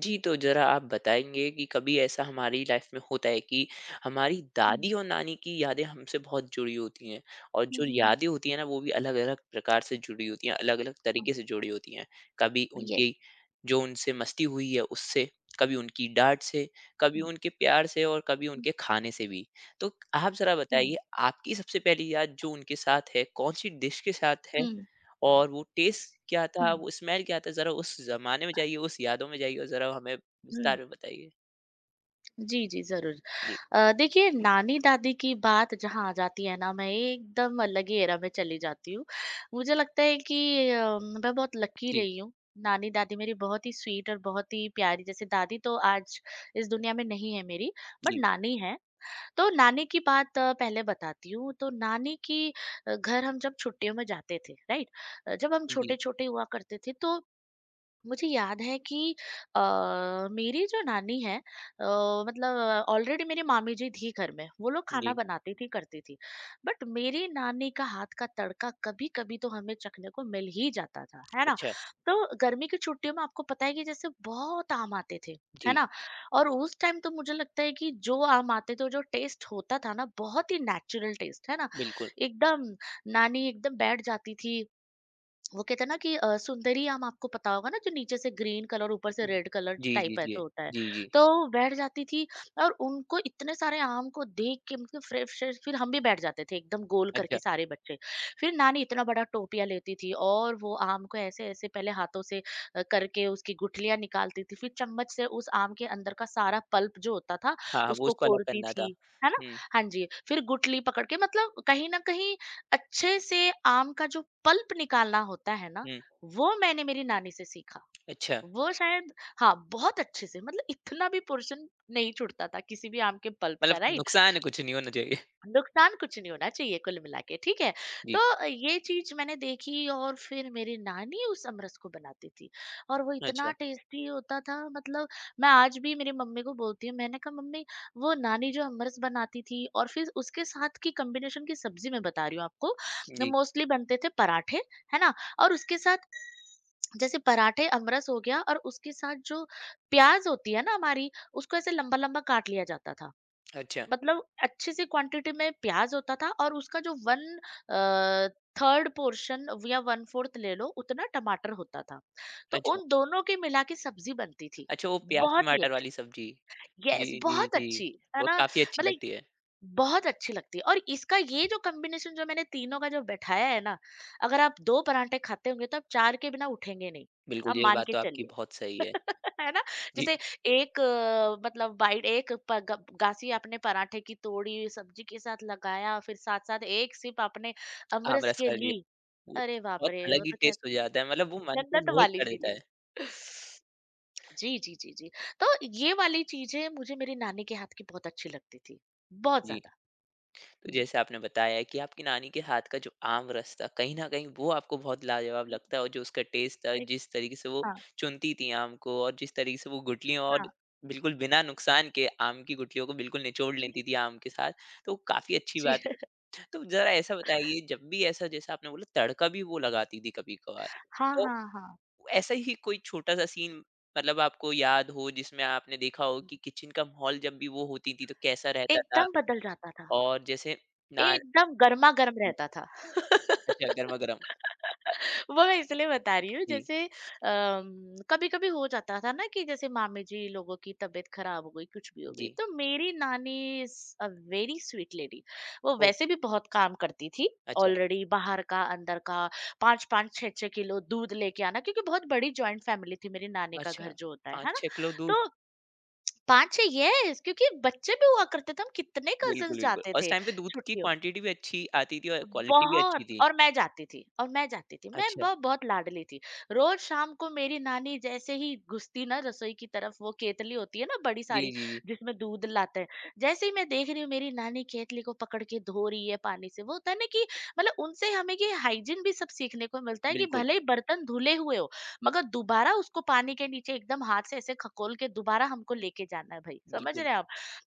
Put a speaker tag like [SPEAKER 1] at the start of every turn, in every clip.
[SPEAKER 1] जी, तो ज़रा आप बताएँगे कि कभी ऐसा हमारी लाइफ़ में होता है कि हमारी
[SPEAKER 2] हुँ।
[SPEAKER 1] दादी और नानी की यादें हमसे बहुत जुड़ी होती हैं और
[SPEAKER 2] हुँ,
[SPEAKER 1] जो
[SPEAKER 2] हुँ, हुँ।
[SPEAKER 1] यादें होती हैं ना, वो भी अलग-अलग प्रकार से जुड़ी होती हैं, अलग-अलग
[SPEAKER 2] हाँ,
[SPEAKER 1] तरीके से जुड़ी होती हैं। कभी
[SPEAKER 2] येस।
[SPEAKER 1] उनकी जो उनसे मस्ती हुई है उससे, कभी उनकी डाँट से, कभी
[SPEAKER 2] हुँ,
[SPEAKER 1] उनके प्यार से और कभी
[SPEAKER 2] हुँ,
[SPEAKER 1] उनके खाने से भी। तो आप ज़रा बताइए
[SPEAKER 2] हुँ,
[SPEAKER 1] आपकी सबसे पहली याद जो उनके साथ है, कौन-सी डिश के साथ है?
[SPEAKER 2] हुँ,
[SPEAKER 1] और वो टेस्ट क्या था,
[SPEAKER 2] हुँ,
[SPEAKER 1] वो स्मेल क्या था, ज़रा उस ज़माने में जाइए, उस यादों में जाइए और ज़रा हमें विस्तार
[SPEAKER 2] हुँ।
[SPEAKER 1] में बताइए?
[SPEAKER 2] जी, जी, ज़रूर।
[SPEAKER 1] जी,
[SPEAKER 2] देखिए नानी-दादी की बात जहाँ आ जाती है ना, मैं एकदम अलग ही एरा में चली जाती हूँ। मुझे लगता है कि अ, मैं बहुत लकी
[SPEAKER 1] जी,
[SPEAKER 2] रही हूँ। नानी-दादी मेरी बहुत ही स्वीट और बहुत ही प्यारी जैसे दादी तो आज इस दुनिया में नहीं है मेरी, बट
[SPEAKER 1] जी,
[SPEAKER 2] नानी है। तो नानी की बात पहले बताती हूँ, तो नानी की घर हम जब छुट्टियों में जाते थे, राइट? जब हम
[SPEAKER 1] जी,
[SPEAKER 2] छोटे-छोटे हुआ करते थे तो मुझे याद है कि अ, मेरी जो नानी है मतलब ऑलरेडी मेरी मामी जी थी घर में वो लोग खाना
[SPEAKER 1] जी।
[SPEAKER 2] बनाती थी करती थी। बट मेरी नानी का हाथ का तड़का कभी कभी तो हमें चखने को मिल ही जाता था, है ना।
[SPEAKER 1] अच्छा,
[SPEAKER 2] तो गर्मी की छुट्टियों में आपको पता है कि जैसे बहुत आम आते थे, है
[SPEAKER 1] जी,
[SPEAKER 2] ना। और उस टाइम तो मुझे लगता है कि जो आम आते थे जो टेस्ट होता था ना, बहुत ही नेचुरल टेस्ट है ना।
[SPEAKER 1] बिल्कुल।
[SPEAKER 2] एकदम नानी एकदम बैठ जाती थी। वो कहते हैं ना कि सुंदरी आम आपको पता होगा ना, जो नीचे से ग्रीन कलर ऊपर से रेड कलर
[SPEAKER 1] जी, जी,
[SPEAKER 2] टाइप
[SPEAKER 1] जी।
[SPEAKER 2] ऐसा होता है।
[SPEAKER 1] जी, जी।
[SPEAKER 2] तो बैठ जाती थी और उनको इतने सारे आम को देख के मतलब फ्रेश फ्रेश, फिर हम भी बैठ जाते थे एकदम गोल
[SPEAKER 1] अच्छा,
[SPEAKER 2] करके सारे बच्चे। फिर नानी इतना बड़ा टोपिया लेती थी और वो आम को ऐसे ऐसे पहले हाथों से करके उसकी गुठलियां निकालती थी, फिर चम्मच से उस आम के अंदर का सारा पल्प जो होता था
[SPEAKER 1] हाँ, हाँ, वो
[SPEAKER 2] उसको
[SPEAKER 1] उसको अलग
[SPEAKER 2] कोरती
[SPEAKER 1] करना था।
[SPEAKER 2] थी, है ना।
[SPEAKER 1] हुँ,
[SPEAKER 2] हाँ जी, फिर गुठली पकड़ के मतलब कहीं ना कहीं अच्छे से आम का जो पल्प निकालना होता है ना,
[SPEAKER 1] हुँ,
[SPEAKER 2] वो मैंने मेरी नानी से सीखा।
[SPEAKER 1] अच्छा,
[SPEAKER 2] वो शायद हाँ, बहुत अच्छे से, मतलब इतना भी पोर्शन नहीं छूटता था किसी भी आम के पल्प का,
[SPEAKER 1] मतलब
[SPEAKER 2] राइट?
[SPEAKER 1] नुकसान कुछ नहीं होना चाहिए।
[SPEAKER 2] नुकसान कुछ नहीं होना चाहिए कुल मिला के, ठीक है। तो
[SPEAKER 1] जी,
[SPEAKER 2] ये चीज मैंने देखी और फिर मेरी नानी उस अमरस को बनाती थी और वो
[SPEAKER 1] अच्छा,
[SPEAKER 2] इतना टेस्टी होता था, मतलब मैं आज भी मेरी मम्मी को बोलती हूँ, मैंने कहा मम्मी, वो नानी जो अमरस बनाती थी और फिर उसके साथ की कॉम्बिनेशन की सब्जी मैं बता रही हूँ आपको।
[SPEAKER 1] जी,
[SPEAKER 2] मोस्टली बनते थे पराठे, है ना। और उसके साथ जैसे पराठे अमरस हो गया और उसके साथ जो प्याज होती है ना हमारी, उसको ऐसे लंबा लंबा काट लिया जाता था।
[SPEAKER 1] अच्छा,
[SPEAKER 2] मतलब अच्छी सी क्वांटिटी में प्याज होता था और उसका जो वन थर्ड पोर्शन या वन फोर्थ ले लो उतना टमाटर होता था। तो
[SPEAKER 1] अच्छा।
[SPEAKER 2] उन दोनों की मिला के सब्जी बनती थी।
[SPEAKER 1] अच्छा, वो प्याज़
[SPEAKER 2] बहुत ही
[SPEAKER 1] टमाटर
[SPEAKER 2] अच्छी,
[SPEAKER 1] वाली सब्ज़ी।
[SPEAKER 2] यस
[SPEAKER 1] जी, जी,
[SPEAKER 2] बहुत
[SPEAKER 1] जी,
[SPEAKER 2] अच्छी, है
[SPEAKER 1] वो
[SPEAKER 2] ना।
[SPEAKER 1] काफ़ी अच्छी
[SPEAKER 2] मतलब
[SPEAKER 1] लगती है।
[SPEAKER 2] बहुत अच्छी लगती है और इसका ये जो कॉम्बिनेशन जो मैंने तीनों का जो बैठाया है ना, अगर आप दो परांठे खाते होंगे तो आप चार के बिना उठेंगे नहीं।
[SPEAKER 1] बिल्कुल,
[SPEAKER 2] आप
[SPEAKER 1] ये
[SPEAKER 2] मान
[SPEAKER 1] बात
[SPEAKER 2] के
[SPEAKER 1] तो आपकी
[SPEAKER 2] चलिए।
[SPEAKER 1] बहुत सही है।
[SPEAKER 2] है ना।
[SPEAKER 1] जी,
[SPEAKER 2] जैसे एक मतलब बाइट एक गासी आपने पराठे की तोड़ी सब्जी के साथ लगाया, फिर साथ साथ एक सिप आपने
[SPEAKER 1] आम
[SPEAKER 2] अमरस
[SPEAKER 1] रस
[SPEAKER 2] के
[SPEAKER 1] का लिया।
[SPEAKER 2] ली।
[SPEAKER 1] वो
[SPEAKER 2] अरे बाप
[SPEAKER 1] बहुत
[SPEAKER 2] रे, वो
[SPEAKER 1] अलग ही
[SPEAKER 2] तो
[SPEAKER 1] टेस्ट
[SPEAKER 2] कहते
[SPEAKER 1] हो
[SPEAKER 2] हैं ना,
[SPEAKER 1] जाता है, मतलब वो मन को
[SPEAKER 2] जन्नत
[SPEAKER 1] मोहित
[SPEAKER 2] वाली
[SPEAKER 1] कर देता है।
[SPEAKER 2] फीलिंग। जी जी जी जी। तो ये वाली चीजें मुझे मेरी नानी के हाथ की बहुत अच्छी लगती थी, बहुत
[SPEAKER 1] जी,
[SPEAKER 2] ज्यादा।
[SPEAKER 1] तो
[SPEAKER 2] हम्म,
[SPEAKER 1] जैसे आपने बताया है कि आपकी नानी के हाथ का जो आम रस था, कहीं न कहीं वो आपको बहुत लाजवाब
[SPEAKER 2] हम्म,
[SPEAKER 1] लगता है और जो उसका टेस्ट था,
[SPEAKER 2] एक,
[SPEAKER 1] जिस तरीके से वो
[SPEAKER 2] हाँ।
[SPEAKER 1] चुनती थी आम को और जिस तरीके से वो गुठलियों और
[SPEAKER 2] हाँ
[SPEAKER 1] बिल्कुल बिना नुकसान के आम की गुठलियों को बिल्कुल निचोड़
[SPEAKER 2] जी,
[SPEAKER 1] लेती थी आम के साथ, तो काफ़ी अच्छी
[SPEAKER 2] जी।
[SPEAKER 1] बात है। तो ज़रा ऐसा बताइए, जब भी ऐसा जैसा आपने बोला तड़का भी वो लगाती थी कभी-कभार,
[SPEAKER 2] हाँ
[SPEAKER 1] तो
[SPEAKER 2] हाँ हाँ।
[SPEAKER 1] ऐसा ही कोई छोटा सा सीन मतलब आपको याद हो जिसमें आपने देखा हो कि किचन का माहौल जब भी वो होती थी तो कैसा रहता था
[SPEAKER 2] एकदम बदल जाता था।
[SPEAKER 1] और जैसे ना
[SPEAKER 2] एकदम गरमा-गर्म रहता था।
[SPEAKER 1] अच्छा गर्मा-गर्म
[SPEAKER 2] वो मैं इसलिए बता रही हूँ,
[SPEAKER 1] जी,
[SPEAKER 2] जैसे कभी-कभी हो जाता था ना कि जैसे मामी जी लोगों की तबीयत खराब हो गई, कुछ भी हो गई,
[SPEAKER 1] जी।
[SPEAKER 2] तो मेरी नानी is a very sweet lady. वो
[SPEAKER 1] ओह!
[SPEAKER 2] वैसे भी बहुत काम करती थी,
[SPEAKER 1] अच्छा,
[SPEAKER 2] ऑलरेडी बाहर का, अंदर का, 5-5, 6-6 किलो दूध लेके आना, क्योंकि बहुत बड़ी जॉइंट फैमिली थी मेरी नानी का
[SPEAKER 1] अच्छा
[SPEAKER 2] घर जो होता है ना?
[SPEAKER 1] 5-6 किलो दूध
[SPEAKER 2] तो 5-6 येस, क्योंकि बच्चे भी हुआ करते थे, हम कितने
[SPEAKER 1] बिल्कुल,
[SPEAKER 2] कज़िन्स
[SPEAKER 1] बिल्कुल
[SPEAKER 2] जाते
[SPEAKER 1] और उस
[SPEAKER 2] थे
[SPEAKER 1] टाइम पे दूध की
[SPEAKER 2] छुट्टियों।
[SPEAKER 1] क्वांटिटी भी अच्छी आती थी और क्वालिटी भी
[SPEAKER 2] बहुत,
[SPEAKER 1] अच्छी थी।
[SPEAKER 2] और मैं जाती थी और मैं जाती थी, मैं
[SPEAKER 1] अच्छा।
[SPEAKER 2] बहुत लाडली थी। रोज शाम को मेरी नानी जैसे ही घुसती ना रसोई की तरफ, वो केतली होती है ना बड़ी
[SPEAKER 1] जी,
[SPEAKER 2] सारी
[SPEAKER 1] जी, जी।
[SPEAKER 2] जिसमें दूध लाते हैं, जैसे ही मैं देख रही हूँ मेरी नानी केतली को पकड़ के धो रही है पानी से, वो होता है ना कि मतलब उनसे हमें ये हाइजीन भी सब सीखने को मिलता है कि
[SPEAKER 1] बिल्कुल,
[SPEAKER 2] भले ही बर्तन धुले हुए हो, मगर दोबारा उसको पानी के नीचे एकदम हाथ से ऐसे खकोल के दोबारा हमको लेके जाना है, भाई समझ
[SPEAKER 1] बिल्कुल।
[SPEAKER 2] रहे हैं आप।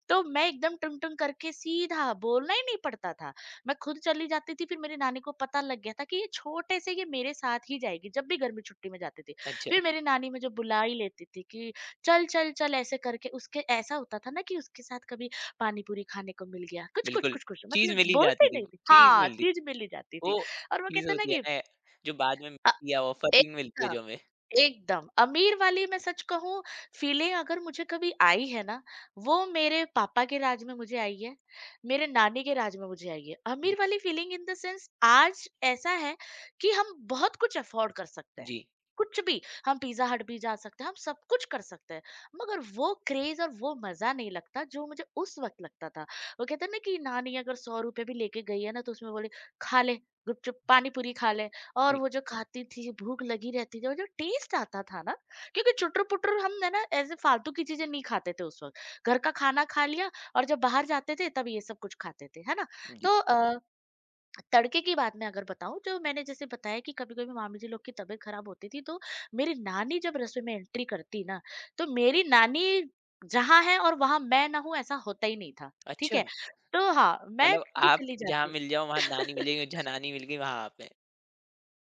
[SPEAKER 2] तो मैं एकदम टुंग टुंग करके सीधा, बोलना ही नहीं पड़ता था, मैं खुद चली जाती थी। फिर मेरी नानी को पता लग गया था कि ये छोटे से ये मेरे साथ ही जाएगी, जब भी गर्मी छुट्टी में जाती थी।
[SPEAKER 1] अच्छा,
[SPEAKER 2] फिर मेरी नानी मुझे बुला ही लेती थी कि, "चल, चल, चल" ऐसे करके। उसके ऐसा होता था ना कि उसके साथ कभी पानी-पूरी खाने को मिल गया, कुछ, कुछ,
[SPEAKER 1] बिल्कुल।
[SPEAKER 2] कुछ, कुछ,
[SPEAKER 1] चीज़
[SPEAKER 2] मतलब
[SPEAKER 1] मिल ही जाती
[SPEAKER 2] बोलती
[SPEAKER 1] थी,
[SPEAKER 2] नहीं थी।
[SPEAKER 1] चीज़
[SPEAKER 2] हाँ,
[SPEAKER 1] मिलती
[SPEAKER 2] चीज़ मिल ही जाती
[SPEAKER 1] वो
[SPEAKER 2] थी। और वो
[SPEAKER 1] चीज़
[SPEAKER 2] कहते हैं ना
[SPEAKER 1] होती है
[SPEAKER 2] कि
[SPEAKER 1] ना जो बाद में
[SPEAKER 2] अ,
[SPEAKER 1] मिलती है ऑफर
[SPEAKER 2] एक
[SPEAKER 1] भी मिलती
[SPEAKER 2] था
[SPEAKER 1] है जो हमें।
[SPEAKER 2] एकदम, अमीर वाली, मैं सच कहूँ, फ़ीलिंग अगर मुझे कभी आई है ना, वो मेरे पापा के राज में मुझे आई है, मेरे नानी के राज में मुझे आई है। अमीर वाली फ़ीलिंग इन द सेंस आज ऐसा है कि हम बहुत कुछ अफ़ोर्ड कर सकते हैं,
[SPEAKER 1] जी,
[SPEAKER 2] कुछ भी। हम पिज़्ज़ा हट भी जा सकते हैं, हम सब कुछ कर सकते हैं, मगर वो क्रेज़ और वो मज़ा नहीं लगता जो मुझे उस वक़्त लगता था। वो कहते हैं ना कि नानी अगर ₹100 भी लेके गई है ना, तो उसमें बोले, "खा ले, गुपचुप, पानी पूरी खा ले।" और
[SPEAKER 1] जी।
[SPEAKER 2] वो जो खाती थी, भूख लगी रहती थी और जो टेस्ट आता था ना, क्योंकि चुटर-पुटर हम है ना ऐसे फालतू की चीज़ें नहीं खाते थे उस वक़्त। घर का खाना खा लिया और जब बाहर जाते थे तब ये सब कुछ खाते थे, है ना?
[SPEAKER 1] जी।
[SPEAKER 2] तो तड़के की बात मैं अगर बताऊँ, तो मैंने जैसे बताया कि कभी-कभी मामी जी लोग की तबीयत खराब होती थी, तो मेरी नानी जब रसोई में एंट्री करती ना, तो मेरी नानी जहाँ है और वहाँ मैं ना हूँ ऐसा होता ही नहीं था, ठीक
[SPEAKER 1] अच्छा,
[SPEAKER 2] है? तो हाँ, मैं
[SPEAKER 1] मतलब
[SPEAKER 2] भी
[SPEAKER 1] आप
[SPEAKER 2] चली
[SPEAKER 1] जहाँ
[SPEAKER 2] जाती हूँ।
[SPEAKER 1] मिल जाओ वहाँ नानी मिल जाएगी, जहाँ नानी मिल गई वहाँ आप हैं।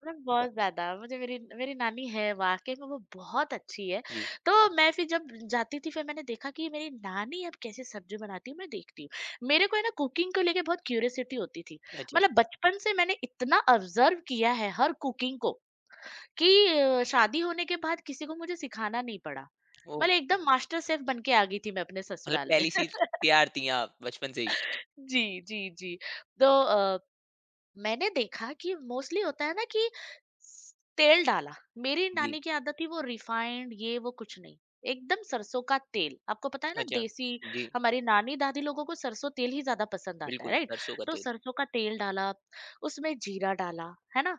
[SPEAKER 2] मतलब बहुत ज़्यादा मुझे मेरी मेरी नानी है, वाक़ई में वो बहुत अच्छी है।
[SPEAKER 1] जी।
[SPEAKER 2] तो मैं फिर जब जाती थी, फिर मैंने देखा कि मेरी नानी अब कैसे सब्ज़ी बनाती है मैं देखती हूँ। मेरे को है ना कुकिंग को लेके बहुत क्यूरियोसिटी होती थी।
[SPEAKER 1] अच्छा,
[SPEAKER 2] मतलब बचपन से मैंने इतना ऑब्ज़र्व किया है हर कुकिंग को कि शादी होने के बाद किसी को मुझे सिखाना नहीं पड़ा।
[SPEAKER 1] ओह!
[SPEAKER 2] मतलब एकदम मास्टर शेफ़ बन के आ गई थी मैं अपने
[SPEAKER 1] मतलब
[SPEAKER 2] ससुराल में।
[SPEAKER 1] पहली सी तैयार थी आप बचपन से ही।
[SPEAKER 2] जी, जी, जी। तो मैंने देखा कि मोस्टली होता है ना कि तेल डाला। मेरी
[SPEAKER 1] जी,
[SPEAKER 2] नानी की आदत थी, वो रिफाइंड ये वो कुछ नहीं, एकदम सरसों का तेल, आपको पता है ना
[SPEAKER 1] अच्छा।
[SPEAKER 2] देसी।
[SPEAKER 1] जी,
[SPEAKER 2] हमारी नानी दादी लोगों को सरसों तेल ही ज्यादा पसंद आता है,
[SPEAKER 1] बिल्कुल
[SPEAKER 2] राइट।
[SPEAKER 1] सरसों का
[SPEAKER 2] तो
[SPEAKER 1] तेल,
[SPEAKER 2] सरसों का तेल डाला, उसमें जीरा डाला, है ना।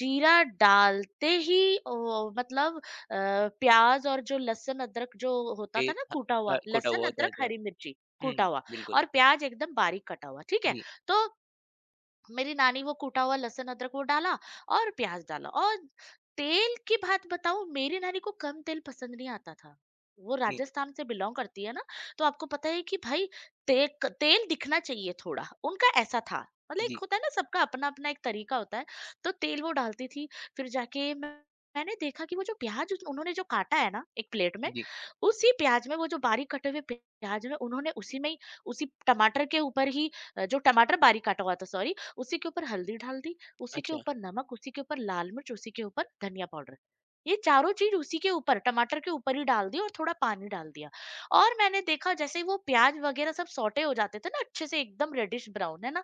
[SPEAKER 2] जीरा डालते ही ओ, मतलब प्याज और जो लहसुन अदरक जो होता
[SPEAKER 1] फिर
[SPEAKER 2] था ना, कूटा हुआ
[SPEAKER 1] कुटा
[SPEAKER 2] लहसुन
[SPEAKER 1] हुआ होता है
[SPEAKER 2] अदरक
[SPEAKER 1] था।
[SPEAKER 2] हरी मिर्ची
[SPEAKER 1] हुँ,
[SPEAKER 2] कूटा हुआ,
[SPEAKER 1] बिल्कुल।
[SPEAKER 2] और प्याज एकदम बारीक कटा हुआ, ठीक है।
[SPEAKER 1] जी,
[SPEAKER 2] तो मेरी नानी वो कूटा हुआ लहसुन अदरक वो डाला और प्याज डाला। और तेल की बात बताऊं, मेरी नानी को कम तेल पसंद नहीं आता था, वो
[SPEAKER 1] जी,
[SPEAKER 2] राजस्थान से बिलोंग करती है ना। तो आपको पता है कि भाई, तेल दिखना चाहिए थोड़ा, उनका ऐसा था। मतलब एक
[SPEAKER 1] जी,
[SPEAKER 2] होता है ना, सबका अपना अपना एक तरीका होता है। तो तेल वो डालती थी। फिर जाके मैं, मैंने देखा कि वो जो प्याज उन्होंने जो काटा है ना एक प्लेट में,
[SPEAKER 1] जी।
[SPEAKER 2] उसी प्याज में, वो जो बारीक कटे हुए प्याज में उन्होंने उसी में ही, उसी टमाटर के ऊपर ही, जो टमाटर बारीक काटा हुआ था, सॉरी, उसी के ऊपर हल्दी डाल दी, उसी के
[SPEAKER 1] अच्छा,
[SPEAKER 2] ऊपर नमक, उसी के ऊपर लाल मिर्च, उसी के ऊपर धनिया पाउडर। ये चारों चीज़ उसी के ऊपर टमाटर के ऊपर ही डाल दी और थोड़ा पानी डाल दिया। और मैंने देखा जैसे ही वो प्याज़ वगैरह सब सौटे हो जाते थे ना अच्छे से एकदम रेडिश ब्राउन, है ना?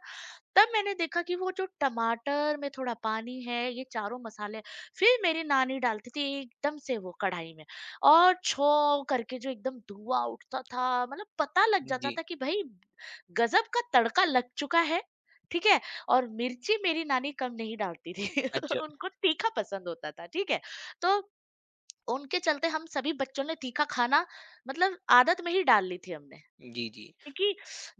[SPEAKER 2] तब मैंने देखा कि वो जो टमाटर में थोड़ा पानी है, ये चारों मसाले, फिर मेरी नानी डालती थी एकदम से वो कढ़ाई में, और छौं करके जो एकदम धुआँ उठता था, मतलब पता लग जाता
[SPEAKER 1] जी,
[SPEAKER 2] था कि भई गज़ब का तड़का लग चुका है, ठीक है? और मिर्ची मेरी नानी कम नहीं डालती थी,
[SPEAKER 1] अच्छा।
[SPEAKER 2] उनको तीखा पसंद होता था, ठीक है? तो उनके चलते हम सभी बच्चों ने तीखा खाना मतलब आदत में ही डाल ली थी हमने।
[SPEAKER 1] जी, जी,
[SPEAKER 2] क्योंकि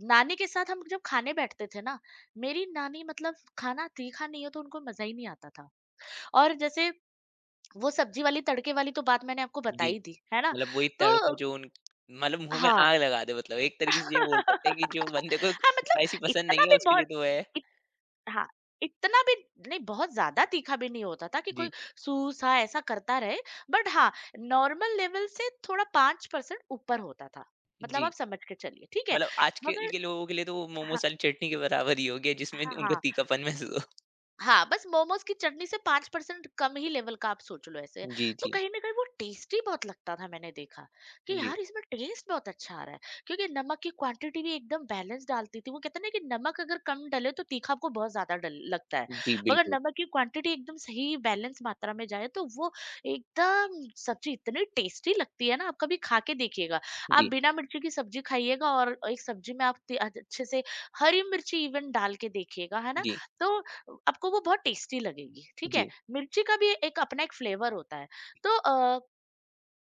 [SPEAKER 2] नानी के साथ हम जब खाने बैठते थे ना, मेरी नानी मतलब खाना तीखा नहीं हो तो उनको मज़ा ही नहीं आता था। और जैसे वो सब्ज़ी वाली, तड़के वाली तो बात मैंने आपको बता
[SPEAKER 1] जी।
[SPEAKER 2] ही दी, है ना?
[SPEAKER 1] मतलब वही तड़का
[SPEAKER 2] तो
[SPEAKER 1] जो उन मतलब मुँह में
[SPEAKER 2] हाँ।
[SPEAKER 1] आग लगा दे मतलब एक तरीके से ये बोल सकते हैं कि जो बंदे को
[SPEAKER 2] हाँ, मतलब
[SPEAKER 1] स्पाइसी पसंद
[SPEAKER 2] इतना
[SPEAKER 1] नहीं है
[SPEAKER 2] भी
[SPEAKER 1] उसके लिए
[SPEAKER 2] बहुत
[SPEAKER 1] तो वो है।
[SPEAKER 2] इत हाँ, इतना भी नहीं बहुत ज़्यादा तीखा भी नहीं होता था कि कोई
[SPEAKER 1] जी,
[SPEAKER 2] सूसा ऐसा करता रहे, बट हाँ, नॉर्मल लेवल से थोड़ा 5% ऊपर होता था। मतलब आप
[SPEAKER 1] जी।
[SPEAKER 2] समझ के चलिए, ठीक है?
[SPEAKER 1] मतलब आजकल के
[SPEAKER 2] मगर
[SPEAKER 1] के लोगों के लिए तो वो
[SPEAKER 2] हाँ,
[SPEAKER 1] मोमोस वाली चटनी के बराबर ही हो गया जिसमें
[SPEAKER 2] हाँ,
[SPEAKER 1] उनका
[SPEAKER 2] हाँ।
[SPEAKER 1] तीखापन महसूस हो।
[SPEAKER 2] हाँ, बस मोमोज़ की चटनी से 5% कम ही लेवल का आप सोच लो ऐसे।
[SPEAKER 1] जी,
[SPEAKER 2] तो
[SPEAKER 1] जी।
[SPEAKER 2] कहीं न कहीं वो टेस्टी बहुत लगता था मैंने देखा, कि
[SPEAKER 1] जी,
[SPEAKER 2] यार इसमें टेस्ट बहुत अच्छा आ रहा है। क्योंकि नमक की क्वांटिटी भी एकदम बैलेंस डालती थी। वो कहते हैं ना कि नमक अगर कम डले तो तीखा आपको बहुत ज़्यादा डल लगता है।
[SPEAKER 1] जी,
[SPEAKER 2] मगर
[SPEAKER 1] बिल्कुल।
[SPEAKER 2] नमक की क्वांटिटी एकदम सही बैलेंस मात्रा में जाए तो वो एकदम सब्ज़ी इतनी टेस्टी लगती है ना, आप कभी खा के देखिएगा। आप
[SPEAKER 1] जी,
[SPEAKER 2] बिना मिर्ची की सब्ज़ी खाइएगा और एक सब्ज़ी में आप ते अच्छे से हरी मिर्ची इवन डाल के देखिएगा, है ना?
[SPEAKER 1] जी,
[SPEAKER 2] तो आपको वो बहुत टेस्टी लगेगी ठीक
[SPEAKER 1] जी,
[SPEAKER 2] है। मिर्ची का भी एक अपना एक फ्लेवर होता है। तो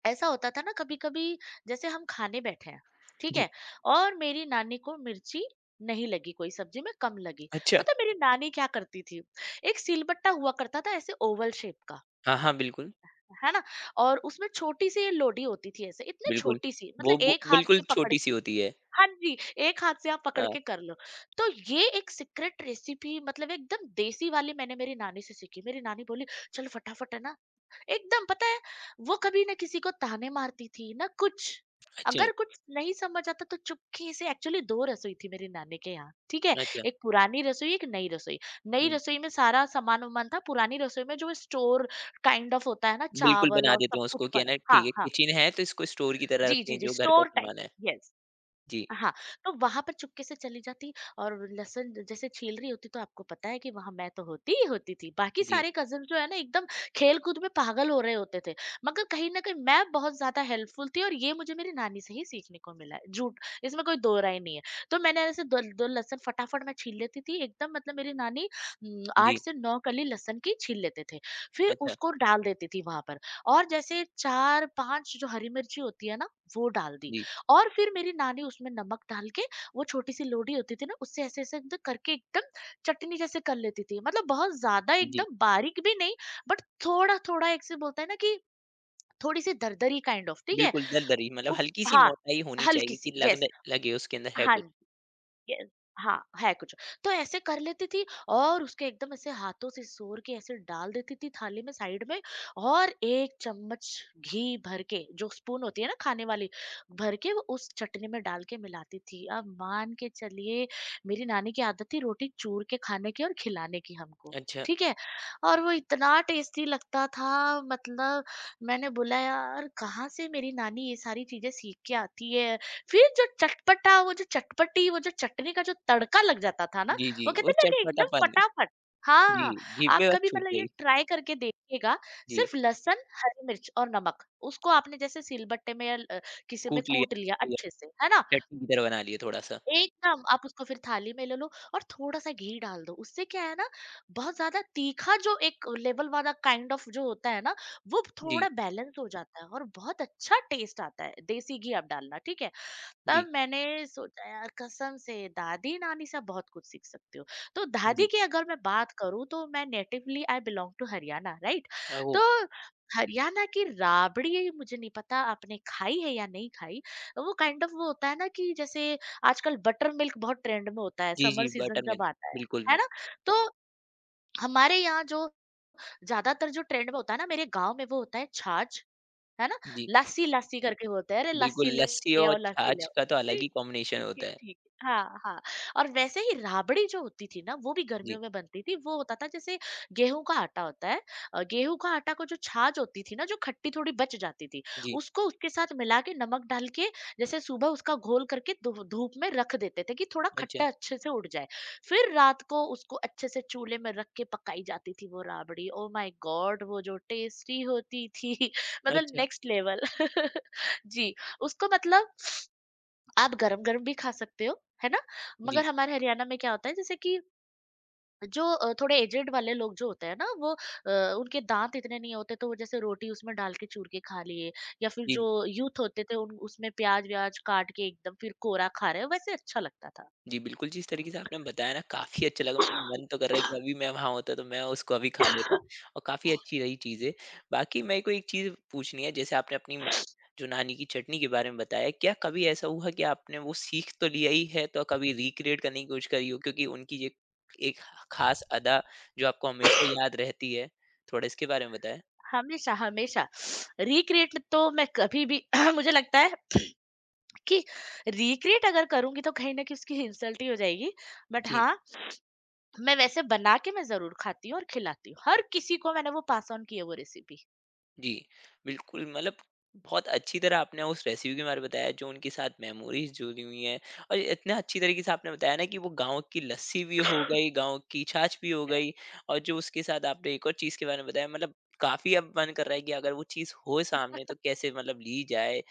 [SPEAKER 2] ऐसा होता था ना कभी कभी जैसे हम खाने बैठे हैं ठीक
[SPEAKER 1] जी।
[SPEAKER 2] है और मेरी नानी को मिर्ची नहीं लगी कोई सब्जी में कम लगी
[SPEAKER 1] अच्छा।
[SPEAKER 2] पता है मेरी नानी क्या करती थी एक सिलबट्टा हुआ करता था ऐसे ओवल शेप का
[SPEAKER 1] हाँ, हाँ, बिल्कुल,
[SPEAKER 2] है ना और उसमें छोटी सी ये लोडी होती थी ऐसे इतनी
[SPEAKER 1] बिल्कुल।
[SPEAKER 2] छोटी सी
[SPEAKER 1] वो
[SPEAKER 2] मतलब
[SPEAKER 1] वो
[SPEAKER 2] एक हाथ
[SPEAKER 1] बिल्कुल
[SPEAKER 2] से पकड़
[SPEAKER 1] छोटी-सी होती है।
[SPEAKER 2] हाँ जी, एक हाथ से आप पकड़
[SPEAKER 1] हाँ,
[SPEAKER 2] के कर लो। तो ये एक सीक्रेट रेसिपी मतलब एकदम देसी वाली मैंने मेरी नानी से सीखी। मेरी नानी बोली, "चल फटाफट है ना" एकदम पता है वो कभी ना किसी को ताने मारती थी, ना कुछ।
[SPEAKER 1] अच्छा,
[SPEAKER 2] अगर कुछ नहीं समझ आता तो चुपके से एक्चुअली 2 रसोई थी मेरी नानी के यहाँ, ठीक है?
[SPEAKER 1] अच्छा।
[SPEAKER 2] एक पुरानी रसोई, एक नई रसोई। नई
[SPEAKER 1] हुँ,
[SPEAKER 2] रसोई में सारा सामान-वामान था, पुरानी रसोई में जो स्टोर काइंड ऑफ होता है ना,
[SPEAKER 1] बिल्कुल
[SPEAKER 2] चावल
[SPEAKER 1] बना
[SPEAKER 2] और
[SPEAKER 1] देते
[SPEAKER 2] सब
[SPEAKER 1] हैं
[SPEAKER 2] कुछ
[SPEAKER 1] उसको कि है
[SPEAKER 2] पड़ा
[SPEAKER 1] ना ठीक
[SPEAKER 2] हाँ,
[SPEAKER 1] है
[SPEAKER 2] हाँ।
[SPEAKER 1] किचन है तो इसको स्टोर की तरह
[SPEAKER 2] जी, जी,
[SPEAKER 1] रखें
[SPEAKER 2] जी,
[SPEAKER 1] जो घर का
[SPEAKER 2] स्टोर टाइप।
[SPEAKER 1] सामान है।
[SPEAKER 2] येस।
[SPEAKER 1] जी,
[SPEAKER 2] हाँ, तो वहाँ पर चुपके से चली जाती और लहसुन जैसे छील रही होती तो आपको पता है कि वहाँ मैं तो होती ही होती थी। बाकी
[SPEAKER 1] जी,
[SPEAKER 2] सारे कज़िन जो है ना एकदम खेल-कूद में पागल हो रहे होते थे। मगर कहीं न कहीं मैं बहुत ज़्यादा हेल्पफुल थी और ये मुझे मेरी नानी से ही सीखने को मिला है। झूठ इसमें कोई दो राय नहीं है। तो मैंने ऐसे 2 लहसुन फटाफट मैं छील लेती थी एकदम मतलब मेरी नानी 8
[SPEAKER 1] जी।
[SPEAKER 2] से 9 कली लहसुन की छील लेते थे। फिर
[SPEAKER 1] अच्छा,
[SPEAKER 2] उसको डाल देती थी वहाँ पर और जैसे 4-5 जो हरी मिर्ची होती है ना, वो डाल दी।
[SPEAKER 1] जी,
[SPEAKER 2] और फिर मेरी नानी उसमें नमक डाल के वो छोटी-सी लोडी होती थी ना उससे ऐसे-ऐसे एकदम करके एकदम चटनी जैसे कर लेती थी। मतलब बहुत ज़्यादा
[SPEAKER 1] जी।
[SPEAKER 2] एकदम बारीक भी नहीं बट थोड़ा-थोड़ा एक से बोलते हैं ना कि थोड़ी-सी दरदरी काइंड ऑफ ठीक है।
[SPEAKER 1] बिल्कुल दरदरी मतलब
[SPEAKER 2] उस
[SPEAKER 1] हल्की-सी
[SPEAKER 2] हाँ,
[SPEAKER 1] मोटाई होनी चाहिए कि
[SPEAKER 2] हल्की-सी
[SPEAKER 1] लगने
[SPEAKER 2] यस।
[SPEAKER 1] लगे उसके अंदर है
[SPEAKER 2] हाँ
[SPEAKER 1] कुछ।
[SPEAKER 2] यस, हाँ, है कुछ। तो ऐसे कर लेती थी और उसके एकदम ऐसे हाथों से सोर के ऐसे डाल देती थी थाली में साइड में और 1 चम्मच घी भर के, जो स्पून होती है ना खाने वाली, भर के वो उस चटनी में डाल के मिलाती थी। आप मान के चलिए मेरी नानी की आदत थी रोटी चूर के खाने की और खिलाने की हमको,
[SPEAKER 1] अच्छा।
[SPEAKER 2] ठीक है? और वो इतना टेस्टी लगता था मतलब मैंने बोला यार कहाँ से मेरी नानी ये सारी चीज़ें सीख के आती है? फिर जो चटपटा वो जो चटपटी वो जो चटनी का जो तड़का लग जाता था ना,
[SPEAKER 1] जी, जी,
[SPEAKER 2] वो
[SPEAKER 1] वो
[SPEAKER 2] कहते हैं ना कि एकदम
[SPEAKER 1] चटपटापन।
[SPEAKER 2] फटाफट
[SPEAKER 1] जी,
[SPEAKER 2] हाँ,
[SPEAKER 1] जीभ
[SPEAKER 2] आप
[SPEAKER 1] में बस
[SPEAKER 2] कभी
[SPEAKER 1] छूट
[SPEAKER 2] मतलब ये
[SPEAKER 1] गई।
[SPEAKER 2] ट्राई करके देखिएगा,
[SPEAKER 1] जी,
[SPEAKER 2] सिर्फ लहसुन, हरी मिर्च और नमक, उसको आपने जैसे सिलबट्टे में या ल किसी में
[SPEAKER 1] कूट लिया,
[SPEAKER 2] कूट लिया
[SPEAKER 1] लिया,
[SPEAKER 2] अच्छे से, है ना?
[SPEAKER 1] चटनी की तरह बना लिए थोड़ा-सा।
[SPEAKER 2] एकदम आप उसको फिर थाली में ले लो और थोड़ा-सा घी डाल दो, उससे क्या है ना, बहुत ज़्यादा तीखा जो एक लेवल वाला काइंड ऑफ जो होता है ना, वो
[SPEAKER 1] जी,
[SPEAKER 2] थोड़ा बैलेंस हो जाता है और बहुत अच्छा टेस्ट आता है, देसी घी आप डालना, ठीक है?
[SPEAKER 1] जी,
[SPEAKER 2] तब मैंने सोचा यार कसम से दादी नानी से बहुत कुछ सीख सकती हूँ तो
[SPEAKER 1] जी।
[SPEAKER 2] दादी की अगर मैं बात करूँ तो मैं natively I belong to Haryana right
[SPEAKER 1] uh, वो
[SPEAKER 2] तो हरियाणा की राबड़ी मुझे नहीं पता आपने खाई है या नहीं खाई वो काइंड ऑफ वो होता है ना कि जैसे आजकल बटर मिल्क बहुत ट्रेंड में होता है
[SPEAKER 1] जी,
[SPEAKER 2] समर
[SPEAKER 1] जी,
[SPEAKER 2] सीजन
[SPEAKER 1] बटर
[SPEAKER 2] जब
[SPEAKER 1] मिल्क,
[SPEAKER 2] आता
[SPEAKER 1] बिल्कुल।
[SPEAKER 2] है ना तो हमारे यहाँ जो ज्यादातर जो ट्रेंड में होता है ना मेरे गांव में वो होता है छाछ है ना?
[SPEAKER 1] जी,
[SPEAKER 2] लस्सी-लस्सी करके होता है, अरे लस्सी
[SPEAKER 1] बिल्कुल, लस्सी
[SPEAKER 2] ले
[SPEAKER 1] और
[SPEAKER 2] आओ, लस्सी ले
[SPEAKER 1] छाछ
[SPEAKER 2] आओ।
[SPEAKER 1] का तो अलग
[SPEAKER 2] जी,
[SPEAKER 1] ही कॉम्बिनेशन
[SPEAKER 2] जी, ठीक है,
[SPEAKER 1] होता है।
[SPEAKER 2] ठीक है। हाँ, हाँ और वैसे ही राबड़ी जो होती थी ना, वो भी
[SPEAKER 1] जी,
[SPEAKER 2] गर्मियों में बनती थी। वो होता था जैसे गेहूँ का आटा होता है गेहूँ का आटा को जो छाछ होती थी ना, जो खट्टी थोड़ी बच जाती थी,
[SPEAKER 1] जी।
[SPEAKER 2] उसको उसके साथ मिला के नमक डाल के जैसे सुबह उसका घोल करके धू धूप में रख देते थे कि थोड़ा
[SPEAKER 1] अच्छा,
[SPEAKER 2] खट्टा अच्छे से उड़ जाए। फिर रात को उसको अच्छे से चूल्हे में रख के पकाई जाती थी वो राबड़ी। Oh my God! वो जो टेस्टी होती थी। मतलब
[SPEAKER 1] अच्छा।
[SPEAKER 2] नेक्स्ट लेवल जी, उसको मतलब आप गरम-गरम भी खा सकते हो, है ना?
[SPEAKER 1] जी,
[SPEAKER 2] मगर हमारे हरियाणा में क्या होता है जैसे कि जो थोड़े एजेड वाले लोग जो होते हैं ना वो उनके दाँत इतने नहीं होते तो वो जैसे रोटी उसमें डाल के चूर के खा लिए या फिर
[SPEAKER 1] जी,
[SPEAKER 2] जो यूथ होते थे उन उसमें प्याज़-व्याज़ काट के एकदम फिर कोरा खा रहे हैं, वैसे अच्छा लगता था।
[SPEAKER 1] जी, बिल्कुल, जिस तरीके से आपने बताया ना काफ़ी अच्छा लगा मतलब मन तो कर रहा है कि अभी मैं वहाँ होता तो मैं उसको अभी खा लेता और काफ़ी अच्छी रही चीज़ें। बाकी मेरे को एक चीज़ पूछनी है जैसे आपने अपनी म जो नानी की चटनी के बारे में बताया, क्या कभी ऐसा हुआ कि आपने वो सीख तो लिया ही है तो कभी रिक्रिएट करने की कोशिश करी हो? क्योंकि उनकी ये एक ख़ास अदा जो आपको हमेशा याद रहती है, थोड़ा इसके बारे में बताएँ?
[SPEAKER 2] हमेशा, हमेशा रिक्रिएट तो मैं कभी भी मुझे लगता है कि रिक्रिएट अगर करूँगी तो कहीं न कहीं उसकी इंसल्ट ही हो जाएगी। बट
[SPEAKER 1] जी।
[SPEAKER 2] हाँ, मैं वैसे बना के मैं ज़रूर खाती हूँ और खिलाती हूँ। हर किसी को मैंने वो पास ऑन की है वो रेसिपी।
[SPEAKER 1] जी, बिल्कुल मतलब बहुत अच्छी तरह आपने उस रेसिपी के बारे में बताया जो उनके साथ मेमोरीज़ जुड़ी हुई हैं और इतना अच्छी तरीके से आपने बताया ना कि वो गाँव की लस्सी भी हो गई, गाँव की छाछ भी हो गई और जो उसके साथ आपने एक और चीज़ के बारे में बताया मतलब काफ़ी अब मन कर रहा है कि अगर वो चीज़ हो सामने तो कैसे मतलब ली जाए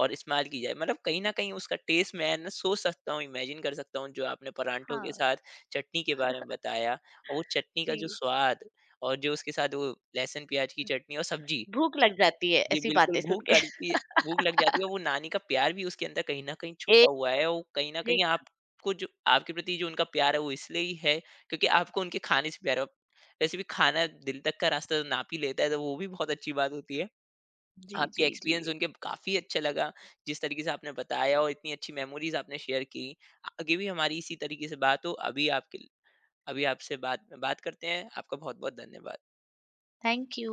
[SPEAKER 1] और इस्तेमाल की जाए। मतलब कहीं न कहीं उसका टेस्ट मैं ना सोच सकता हूँ, इमेजिन कर सकता हूँ जो आपने परांठों के
[SPEAKER 2] हाँ,
[SPEAKER 1] साथ चटनी के बारे में बताया और वो चटनी का जो
[SPEAKER 2] जी।
[SPEAKER 1] स्वाद और जो उसके साथ वो लहसुन, प्याज़ की चटनी और सब्ज़ी
[SPEAKER 2] भूख लग जाती है
[SPEAKER 1] जी,
[SPEAKER 2] ऐसी
[SPEAKER 1] बिल्कुल
[SPEAKER 2] बातें सुन
[SPEAKER 1] भूख
[SPEAKER 2] के।
[SPEAKER 1] करती है भूख लग जाती है और वो नानी का प्यार भी उसके अंदर कहीं न कहीं छुपा
[SPEAKER 2] एक
[SPEAKER 1] हुआ है और कहीं न कहीं
[SPEAKER 2] एक
[SPEAKER 1] आपको जो आपके प्रति जो उनका प्यार है वो इसलिए ही है क्योंकि आपको उनके खाने से प्यार है। वैसे भी खाना दिल तक का रास्ता तो नाप ही लेता है तो वो भी बहुत अच्छी बात होती है।
[SPEAKER 2] जी,
[SPEAKER 1] आपके
[SPEAKER 2] जी, जी।
[SPEAKER 1] एक्सपीरियंस उनके काफ़ी अच्छा लगा, जिस तरीके से आपने बताया और इतनी अच्छी मेमोरीज़ आपने शेयर की। आगे भी हमारी इसी तरीके से बात हो अभी आपके अभी आपसे बात बात करते हैं। आपका बहुत-बहुत धन्यवाद।
[SPEAKER 2] Thank you.